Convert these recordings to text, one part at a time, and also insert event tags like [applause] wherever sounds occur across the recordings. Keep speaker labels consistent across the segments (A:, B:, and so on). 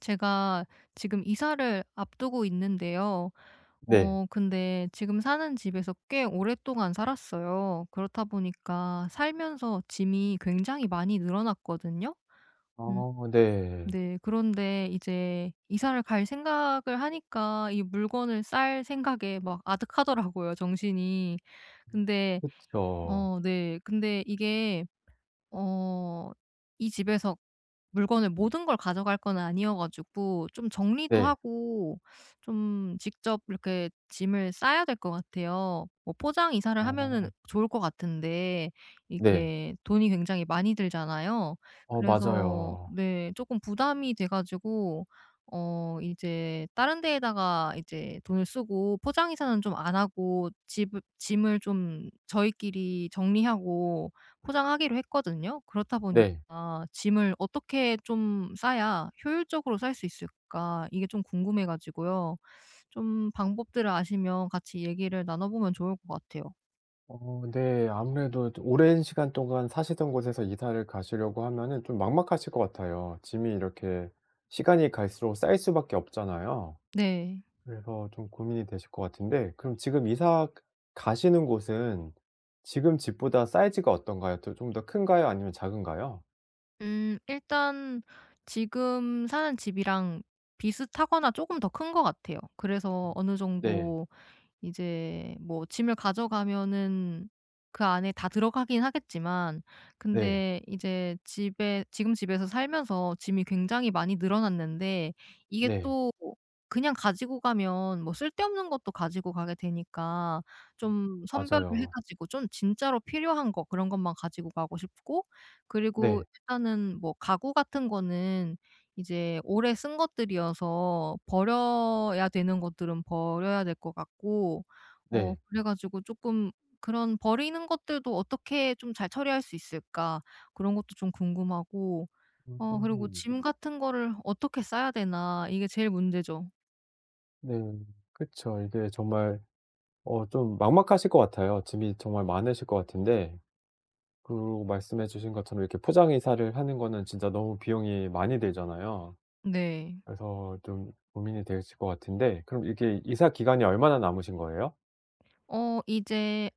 A: 제가 지금 이사를 앞두고 있는데요.
B: 네.
A: 근데 지금 사는 집에서 꽤 오랫동안 살았어요. 그렇다 보니까 살면서 짐이 굉장히 많이 늘어났거든요. 음.
B: 어 네.
A: 네. 그런데 이제 이사를 갈 생각을 하니까 이 물건을 쌀 생각에 막 아득하더라고요 정신이. 근데
B: 그쵸.
A: 네, 근데 이게 어 이 집에서 물건을 모든 걸 가져갈 건 아니어 가지고 좀 정리도
B: 네.
A: 하고 좀 직접 이렇게 짐을 싸야 될 것 같아요. 뭐 포장 이사를 하면은
B: 어
A: 좋을 것 같은데
B: 네.
A: 이게 돈이 굉장히 많이 들잖아요.
B: 어
A: 그래서
B: 맞아요.
A: 네, 조금 부담이 돼 가지고 이제 다른 데에다가 이제 돈을 쓰고 포장 이사는 좀 안 하고 집 짐을 좀 저희끼리 정리하고 포장하기로 했거든요. 그렇다
B: 네.
A: 보니까 짐을 어떻게 좀 싸야 효율적으로 쌀 수 있을까 이게 좀 궁금해 가지고요. 좀 방법들을 아시면 같이 얘기를 나눠보면 좋을 것 같아요.
B: 어 네. 아무래도 좀 오랜 시간 동안 사시던 곳에서 이사를 가시려고 하면은 좀 막막하실 것 같아요. 짐이 이렇게 시간이 갈수록 쌓일 수밖에 없잖아요.
A: 네.
B: 그래서 좀 고민이 되실 것 같은데 그럼 지금 이사 가시는 곳은 지금 집보다 사이즈가 어떤가요? 더 좀 더 큰가요? 아니면 작은가요?
A: 음, 일단 지금 사는 집이랑 비슷하거나 조금 더 큰 것 같아요. 그래서
B: 음.
A: 어느
B: 네.
A: 정도 이제 뭐 짐을 가져가면은 그 안에 다 들어가긴 하겠지만
B: 네.
A: 근데 이제 집에 지금 집에서 살면서 짐이 굉장히 많이 늘어났는데 이게
B: 네.
A: 또 그냥 가지고 가면 뭐 쓸데없는 것도 가지고 가게 되니까 좀 선별을 해
B: 맞아요.
A: 가지고 좀 진짜로 필요한 거 그런 것만 가지고 가고 싶고 그리고
B: 네.
A: 일단은 뭐 가구 같은 거는 이제 오래 쓴 것들이어서 버려야 되는 것들은 버려야 될 것 같고
B: 네.
A: 그래 가지고 조금 그런 버리는 것들도 어떻게 좀 잘 처리할 수 있을까 그런 것도 좀 궁금하고 그리고
B: 음.
A: 짐 같은 거를 어떻게 싸야 되나 이게 제일 문제죠.
B: 네. 그쵸. 이게 정말 좀 막막하실 것 같아요. 짐이 정말 많으실 것 같은데 그리고 말씀해 주신 것처럼 이렇게 포장 이사를 하는 거는 진짜 너무 비용이 많이 들잖아요.
A: 네.
B: 그래서 좀 고민이 되실 것 같은데 그럼 이게 이사 기간이 얼마나 남으신 거예요?
A: 이제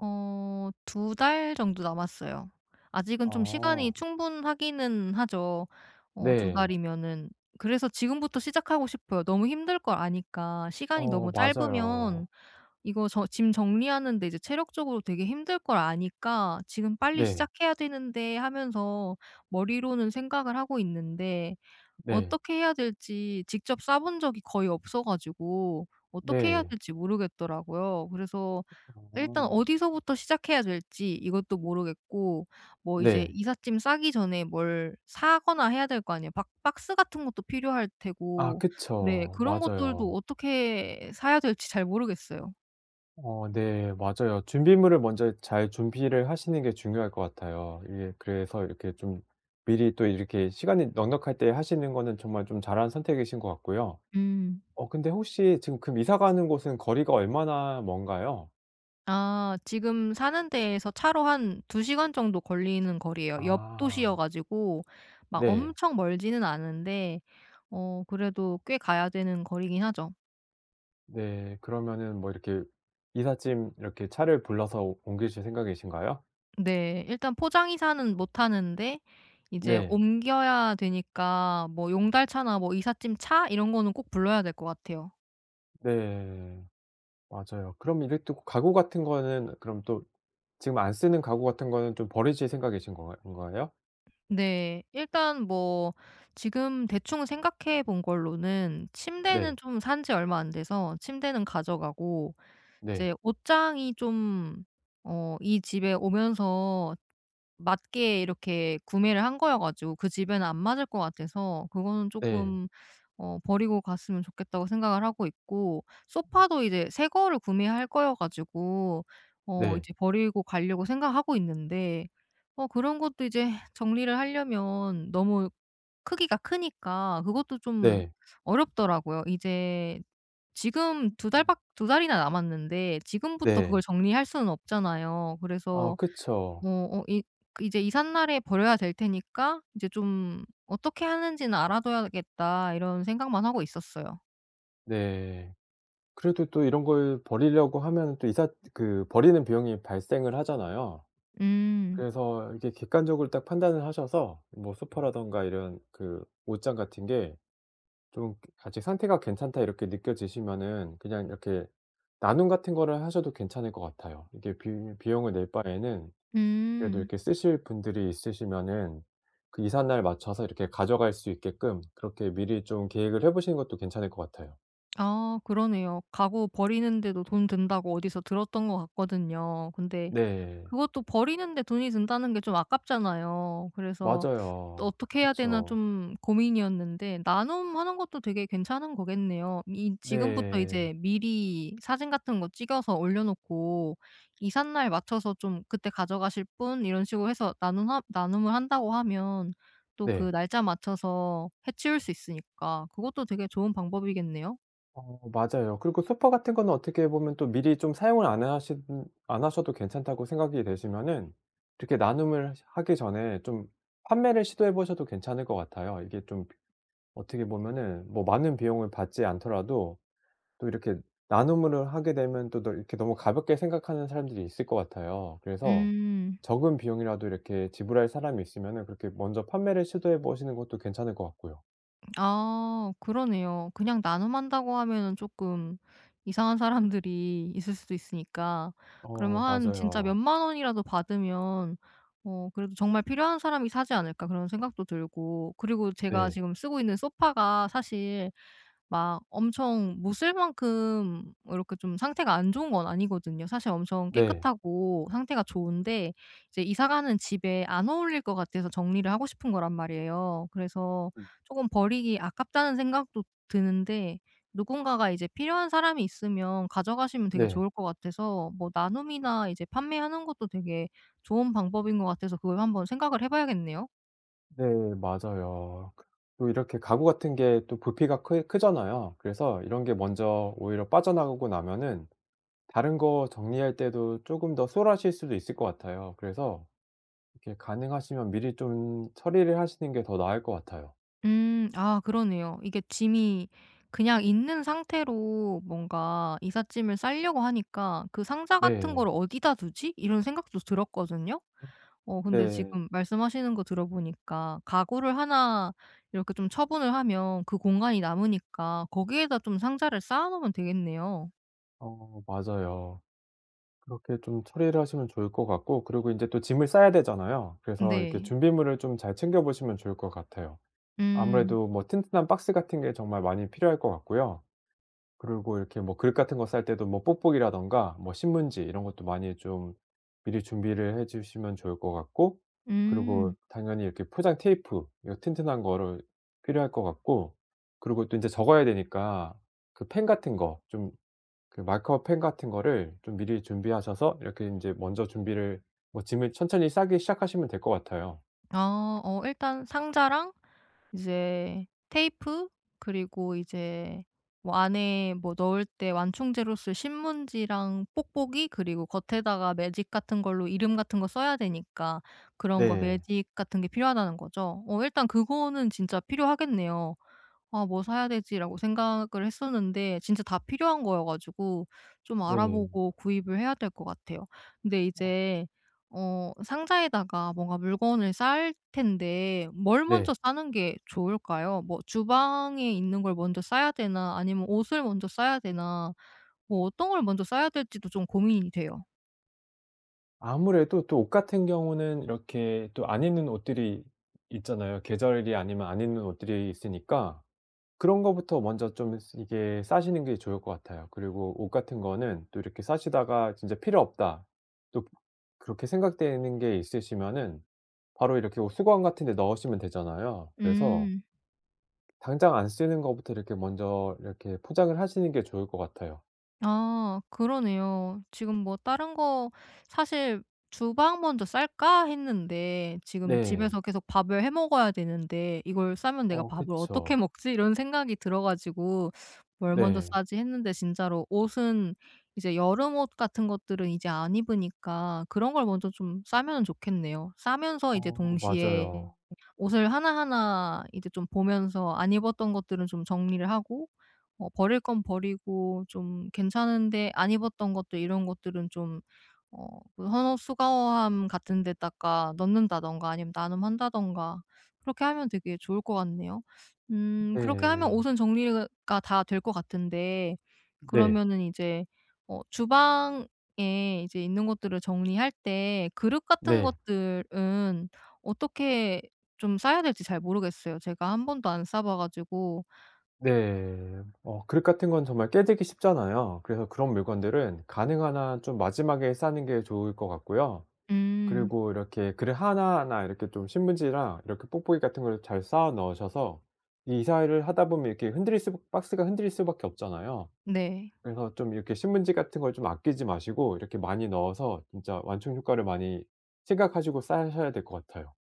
A: 2달 정도 남았어요. 아직은 좀 시간이
B: 아.
A: 충분하기는 하죠. 두
B: 네.
A: 달이면은. 그래서 지금부터 시작하고 싶어요. 너무 힘들 걸 아니까. 시간이
B: 어
A: 너무 짧으면
B: 맞아요.
A: 이거 저 짐 정리하는 데 이제 체력적으로 되게 힘들 걸 아니까 '지금 빨리
B: 네.
A: 시작해야 되는데.' 하면서 머리로는 생각을 하고 있는데
B: 네.
A: 어떻게 해야 될지 직접 싸본 적이 거의 없어 가지고 어떻게 해야
B: 네.
A: 될지 모르겠더라고요. 그래서 일단
B: 어.
A: 어디서부터 시작해야 될지 이것도 모르겠고 뭐 이제
B: 네.
A: 이삿짐 싸기 전에 뭘 사거나 해야 될 거 아니에요. 박 박스 같은 것도 필요할
B: 아
A: 테고 네,
B: 그쵸.
A: 그런 것들도
B: 맞아요.
A: 어떻게 사야 될지 잘 모르겠어요.
B: 어 네. 맞아요. 준비물을 먼저 잘 준비를 하시는 게 중요할 것 같아요. 이게 그래서 이렇게 좀 미리 또 이렇게 시간이 넉넉할 때 하시는 거는 정말 좀 잘한 선택이신 것 같고요.
A: 음.
B: 어 근데 혹시 지금 그 이사 가는 곳은 거리가 얼마나 먼가요?
A: 아, 지금 사는 데에서 차로 한 2시간 정도 걸리는 거리예요. 옆 도시여
B: 아.
A: 가지고 막
B: 네.
A: 엄청 멀지는 않은데 그래도 꽤 가야 되는 거리긴 하죠.
B: 네. 그러면은 뭐 이렇게 이삿짐 이렇게 차를 불러서 옮기실 생각이신가요?
A: 네. 일단 포장 이사는 못 하는데 이제
B: 네.
A: 옮겨야 되니까 뭐 용달차나 뭐 이삿짐 차 이런 거는 꼭 불러야 될 것 같아요.
B: 네. 맞아요. 그럼 이게 또 가구 같은 거는 그럼 또 지금 안 쓰는 가구 같은 거는 좀 버리실 생각이신 건가 요
A: 네. 일단 뭐 지금 대충 생각해 본 걸로는 침대는
B: 네.
A: 좀 산지 얼마 안 돼서 침대는 가져가고
B: 네.
A: 이제 옷장이 좀 이 집에 오면서 맞게 이렇게 구매를 한 거여 가지고 그 집에는 안 맞을 것 같아서 그거는
B: 네.
A: 조금 버리고 갔으면 좋겠다고 생각을 하고 있고 소파도 이제 새 거를 구매할 거여 가지고
B: 네.
A: 이제 버리고 가려고 생각하고 있는데 그런 것도 이제 정리를 하려면 너무 크기가 크니까 그것도 좀
B: 네.
A: 어렵더라고요. 이제 지금
B: 음.
A: 2달이나 남았는데 지금부터 그걸
B: 네.
A: 정리할 수는 없잖아요.
B: 아
A: 그래서
B: 그쵸.
A: 어 어 이 그 이제 이삿날에 버려야 될 테니까 이제 좀 '어떻게 하는지는 알아둬야겠다.' 이런 생각만 하고 있었어요.
B: 네. 그래도 또 이런 걸 버리려고 하면은 또 이삿 그 버리는 비용이 발생을 하잖아요.
A: 음.
B: 그래서 이게 객관적으로 딱 판단을 하셔서 뭐 소파라든가 이런 그 옷장 같은 게 좀 아직 상태가 괜찮다 이렇게 느껴지시면은 그냥 이렇게 나눔 같은 거를 하셔도 괜찮을 것 같아요. 이게 비 비용을 낼 바에는 그래도
A: 음.
B: 이렇게 쓰실 분들이 있으시면은 그 이삿날 맞춰서 이렇게 가져갈 수 있게끔 그렇게 미리 좀 계획을 해 보시는 것도 괜찮을 것 같아요.
A: 아, 그러네요. 가구 버리는데도 돈 든다고 어디서 들었던 것 같거든요. 근데
B: 네.
A: 그것도 버리는데 돈이 든다는 게 좀 아깝잖아요. 그래서 또
B: 맞아요.
A: 어떻게
B: 그
A: 해야 되나
B: 죠
A: 좀 고민이었는데 나눔하는 것도 되게 괜찮은 거겠네요. 이 지금부터
B: 네.
A: 이제 미리 사진 같은 거 찍어서 올려 놓고 이삿날 맞춰서 좀 "그때 가져가실 분?" 이런 식으로 해서 나눔하 나눔을 한다고 하면 또 그
B: 네.
A: 날짜 맞춰서 해 치울 수 있으니까 그것도 되게 좋은 방법이겠네요.
B: 어 맞아요. 그리고 소파 같은 거는 어떻게 보면 또 미리 좀 사용을 안 하시 안 하셔도 괜찮다고 생각이 되시면은 이렇게 나눔을 하시 하기 전에 좀 판매를 시도해 보셔도 괜찮을 것 같아요. 이게 좀 어떻게 보면은 뭐 많은 비용을 받지 않더라도 또 이렇게 나눔을 하게 되면 또 너 이렇게 너무 가볍게 생각하는 사람들이 있을 것 같아요. 그래서
A: 음.
B: 적은 비용이라도 이렇게 지불할 사람이 있으면은 그렇게 먼저 판매를 시도해 보시는 것도 괜찮을 것 같고요.
A: 아, 그러네요. 그냥 나눔한다고 하면은 조금 이상한 사람들이 [laughs] 있을 수도 있으니까 그러면
B: 어
A: 한 진짜
B: 맞아요.
A: 몇만 원이라도 받으면 그래도 '정말 필요한 사람이 사지 않을까.' 그런 생각도 들고 그리고 제가
B: 네.
A: 지금 쓰고 있는 소파가 사실 막 엄청 못쓸 만큼 뭐 이렇게 좀 상태가 안 좋은 건 아니거든요. 사실 엄청
B: 네.
A: 깨끗하고 상태가 좋은데 이제 이사 가는 집에 안 어울릴 것 같아서 정리를 하고 싶은 거란 말이에요. 그래서
B: 음.
A: 조금 버리기 아깝다는 생각도 드는데 누군가가 이제 필요한 사람이 있으면 가져가시면 되게
B: 네.
A: 좋을 것 같아서 뭐 나눔이나 이제 판매하는 것도 되게 좋은 방법인 것 같아서 그걸 한번 생각을 해 봐야겠네요.
B: 네 맞아요. 또 이렇게 가구 같은 게 또 부피가 크 크잖아요. 그래서 이런 게 먼저 오히려 빠져나가고 나면은 다른 거 정리할 때도 조금 더 수월하실 수도 있을 것 같아요. 그래서 이렇게 가능하시면 미리 좀 처리를 하시는 게 더 나을 것 같아요.
A: 음. 아, 그러네요. 이게 짐이 그냥 있는 상태로 뭔가 이삿짐을 싸려고 하니까 '그 상자 같은 걸
B: 네.
A: 어디다 두지?' 이런 생각도 들었거든요. 근데
B: 네.
A: 지금 말씀하시는 거 들어보니까 가구를 하나 이렇게 좀 처분을 하면 그 공간이 남으니까 거기에다 좀 상자를 쌓아 놓으면 되겠네요.
B: 어 맞아요. 그렇게 좀 처리를 하시면 좋을 것 같고, 그리고 이제 또 짐을 싸야 되잖아요. 그래서 이렇게
A: 네.
B: 준비물을 좀 잘 챙겨 보시면 좋을 것 같아요.
A: 음.
B: 아무래도 뭐 튼튼한 박스 같은 게 정말 많이 필요할 것 같고요. 그리고 이렇게 뭐 그릇 같은 거 쌀 때도 뭐 뽁뽁이라든가 뭐 신문지 이런 것도 많이 좀 미리 준비를 해 주시면 좋을 것 같고, 그리고
A: 음.
B: 당연히 이렇게 포장 테이프 이거 튼튼한 거를 필요할 것 같고, 그리고 또 인제 적어야 되니까 그 펜 같은 거 좀, 그 마커 펜 같은 거를 좀 미리 준비하셔서 이렇게 인제 먼저 준비를 뭐 짐을 천천히 싸기 시작하시면 될 것 같아요.
A: 아, 일단 상자랑 이제 테이프 그리고 이제 뭐 안에 뭐 넣을 때 완충제로 쓸 신문지랑 뽁뽁이 그리고 겉에다가 매직 같은 걸로 이름 같은 거 써야 되니까 그런 거
B: 네.
A: 매직 같은 게 필요하다는 거죠. 일단 그거는 진짜 필요하겠네요. '아 뭐 사야 되지?'라고 생각을 했었는데 진짜 다 필요한 거여 가지고 좀
B: 네.
A: 알아보고 구입을 해야 될 것 같아요. 근데 이제 상자에다가 뭔가 물건을 쌓을 텐데 뭘 먼저
B: 네.
A: 싸는 게 좋을까요? 뭐 주방에 있는 걸 먼저 싸야 되나 아니면 옷을 먼저 싸야 되나 뭐 어떤 걸 먼저 싸야 될지도 좀 고민이 돼요.
B: 아무래도 또 옷 같은 경우는 이렇게 또 안 입는 옷들이 있잖아요. 계절이 아니면 안 입는 옷들이 있으니까 그런 거부터 먼저 좀 스 이게 싸시는 게 좋을 것 같아요. 그리고 옷 같은 거는 또 이렇게 싸시다가 '진짜 필요 없다.' 또 그렇게 생각되는 게 있으시면은 바로 이렇게 옷 수거함 같은 데 넣으시면 되잖아요. 그래서
A: 음.
B: 당장 안 쓰는 거부터 이렇게 먼저 이렇게 포장을 하시는 게 좋을 것 같아요.
A: 아, 그러네요. 지금 뭐 다른 거 사실 '주방 먼저 쌀까?' 했는데 지금
B: 네.
A: 집에서 계속 밥을 해 먹어야 되는데 '이걸 싸면 내가
B: 어
A: 밥을 어떻게
B: 그쵸.
A: 먹지?' 이런 생각이 들어 가지고 '뭘 먼저
B: 네.
A: 싸지?' 했는데 진짜로 옷은 이제 여름 옷 같은 것들은 이제 안 입으니까 그런 걸 먼저 좀 싸면 좋겠네요. 싸면서 이제
B: 어
A: 동시에
B: 맞아요.
A: 옷을 하나하나 이제 좀 보면서 안 입었던 것들은 좀 정리를 하고 버릴 건 버리고 좀 괜찮은데 안 입었던 것들 이런 것들은 좀 그 헌옷수거함 같은 데다가 넣는다든가 아니면 나눔한다든가 그렇게 하면 되게 좋을 것 같네요. 음, 그렇게 하면
B: 네.
A: 옷은 정리가 다 될 것 같은데
B: 네.
A: 그러면은 이제 주방에 이제 있는 것들을 정리할 때 그릇 같은
B: 네.
A: 것들은 어떻게 좀 싸야 될지 잘 모르겠어요. 제가 한 번도 안 싸봐 가지고.
B: 네. 어 그릇 같은 건 정말 깨지기 쉽잖아요. 그래서 그런 물건들은 가능한 한 좀 마지막에 싸는 게 좋을 것 같고요.
A: 음.
B: 그리고 이렇게 그릇 하나하나 이렇게 좀 신문지랑 이렇게 뽁뽁이 같은 걸 잘 쌓아 넣으셔서 이 이사를 하다 보면 이렇게 흔들릴 수 박스가 흔들릴 수밖에 없잖아요.
A: 네.
B: 그래서 좀 이렇게 신문지 같은 걸 좀 아끼지 마시고 이렇게 많이 넣어서 진짜 완충 효과를 많이 생각하시고 싸셔야 될 것 같아요.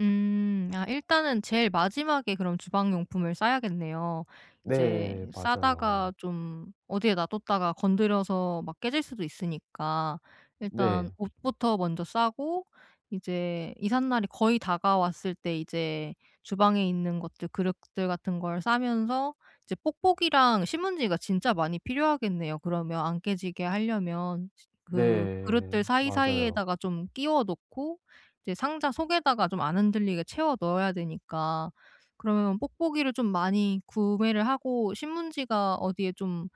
A: 음. 아, 일단은 제일 마지막에 그럼 주방 용품을 싸야겠네요. 이제
B: 네.
A: 싸다가
B: 맞아요.
A: 좀 어디에 놔뒀다가 건드려서 막 깨질 수도 있으니까 일단
B: 네.
A: 옷부터 먼저 싸고 이제 이삿날이 거의 다가왔을 때 이제 주방에 있는 것들 그릇들 같은 걸 싸면서 이제 뽁뽁이랑 신문지가 진짜 많이 필요하겠네요. 그러면 안 깨지게 하려면 그 그릇들
B: 네. 맞아요.
A: 사이사이에다가 좀 끼워 놓고 이제 상자 속에다가 좀 안 흔들리게 채워 넣어야 되니까 그러면 뽁뽁이를 좀 많이 구매를 하고 신문지가 어디에 좀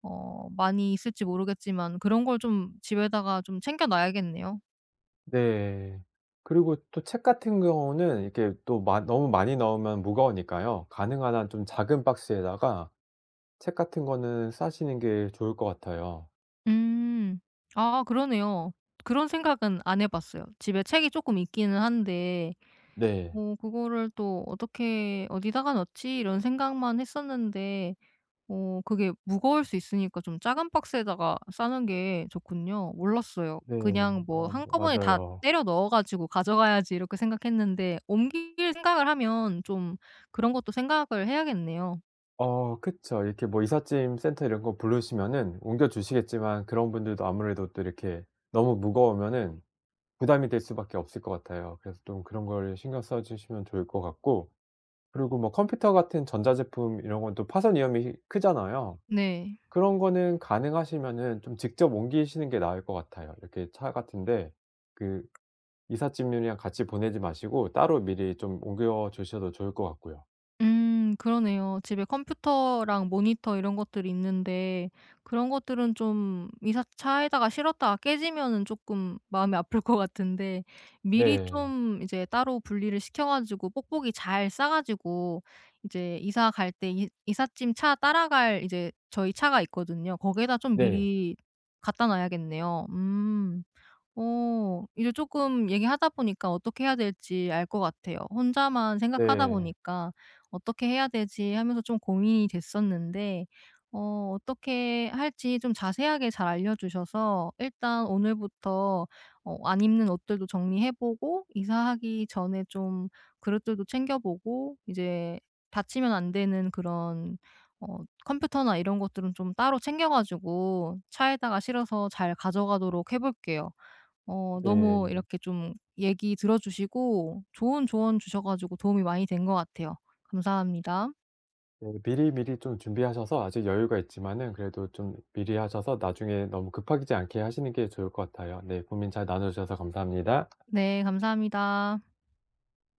A: 많이 있을지 모르겠지만 그런 걸 좀 집에다가 좀 챙겨 놔야겠네요.
B: 네. 그리고 또 책 같은 경우는 이렇게 또 마 너무 많이 넣으면 무거우니까요. 가능한 한 좀 작은 박스에다가 책 같은 거는 싸시는 게 좋을 것 같아요.
A: 음. 아, 그러네요. 그런 생각은 안 해 봤어요. 집에 책이 쪼끔 있기는 한데
B: 네.
A: 뭐 그거를 또 '어떻게 어디다가 넣지?' 이런 생각만 했었는데 그게 무거울 수 있으니까 좀 작은 박스에다가 싸는 게 좋군요. 몰랐어요.
B: 네.
A: 그냥 뭐
B: 어
A: 한꺼번에 다
B: 맞아요.
A: 때려 넣어 가지고 가져가야지 이렇게 생각했는데 옮길 생각을 하면 좀 그런 것도 생각을 해야겠네요.
B: 어 그쵸. 이렇게 뭐 이삿짐 센터 이런 거 부르시면은 옮겨 주시겠지만 그런 분들도 아무래도 또 이렇게 너무 무거우면은 부담이 될 수밖에 없을 것 같아요. 그래서 좀 그런 걸 신경 써 주시면 좋을 것 같고, 그리고 뭐 컴퓨터 같은 전자제품 이런 건 또 파손 위험이 크잖아요.
A: 네.
B: 그런 거는 가능하시면은 좀 직접 옮기시는 게 나을 것 같아요. 이렇게 차 같은데 그 이삿짐이랑 같이 보내지 마시고 따로 미리 좀 옮겨 주셔도 좋을 것 같고요.
A: 음, 그러네요. 집에 컴퓨터랑 모니터 이런 것들이 있는데 그런 것들은 좀 이사 차에다가 실었다가 깨지면은 조금 마음이 아플 것 같은데 미리
B: 네.
A: 좀 이제 따로 분리를 시켜 가지고 뽁뽁이 잘 싸 가지고 이제 이사 갈 때 이 이삿짐 차 따라갈 이제 저희 차가 있거든요. 거기에다 좀
B: 네.
A: 미리 갖다 놔야겠네요. 음. 이제 조금 얘기하다 보니까 어떻게 해야 될지 알 것 같아요. 혼자만 생각하다
B: 네.
A: 보니까 '어떻게 해야 되지?' 하면서 좀 고민이 됐었는데 어떻게 할지 좀 자세하게 잘 알려 주셔서 일단 오늘부터 안 입는 옷들도 정리해 보고 이사하기 전에 좀 그릇들도 챙겨 보고 이제 다치면 안 되는 그런 어 컴퓨터나 이런 것들은 좀 따로 챙겨 가지고 차에다가 실어서 잘 가져가도록 해 볼게요. 너무
B: 네.
A: 이렇게 좀 얘기 들어 주시고 좋은 조언 주셔 가지고 도움이 많이 된 것 같아요. 감사합니다.
B: 네. 미리미리 좀 준비하셔서 아직 여유가 있지만은 그래도 좀 미리 하셔서 나중에 너무 급하지 않게 하시는 게 좋을 것 같아요. 네. 고민 잘 나눠 주셔서 감사합니다.
A: 네, 감사합니다.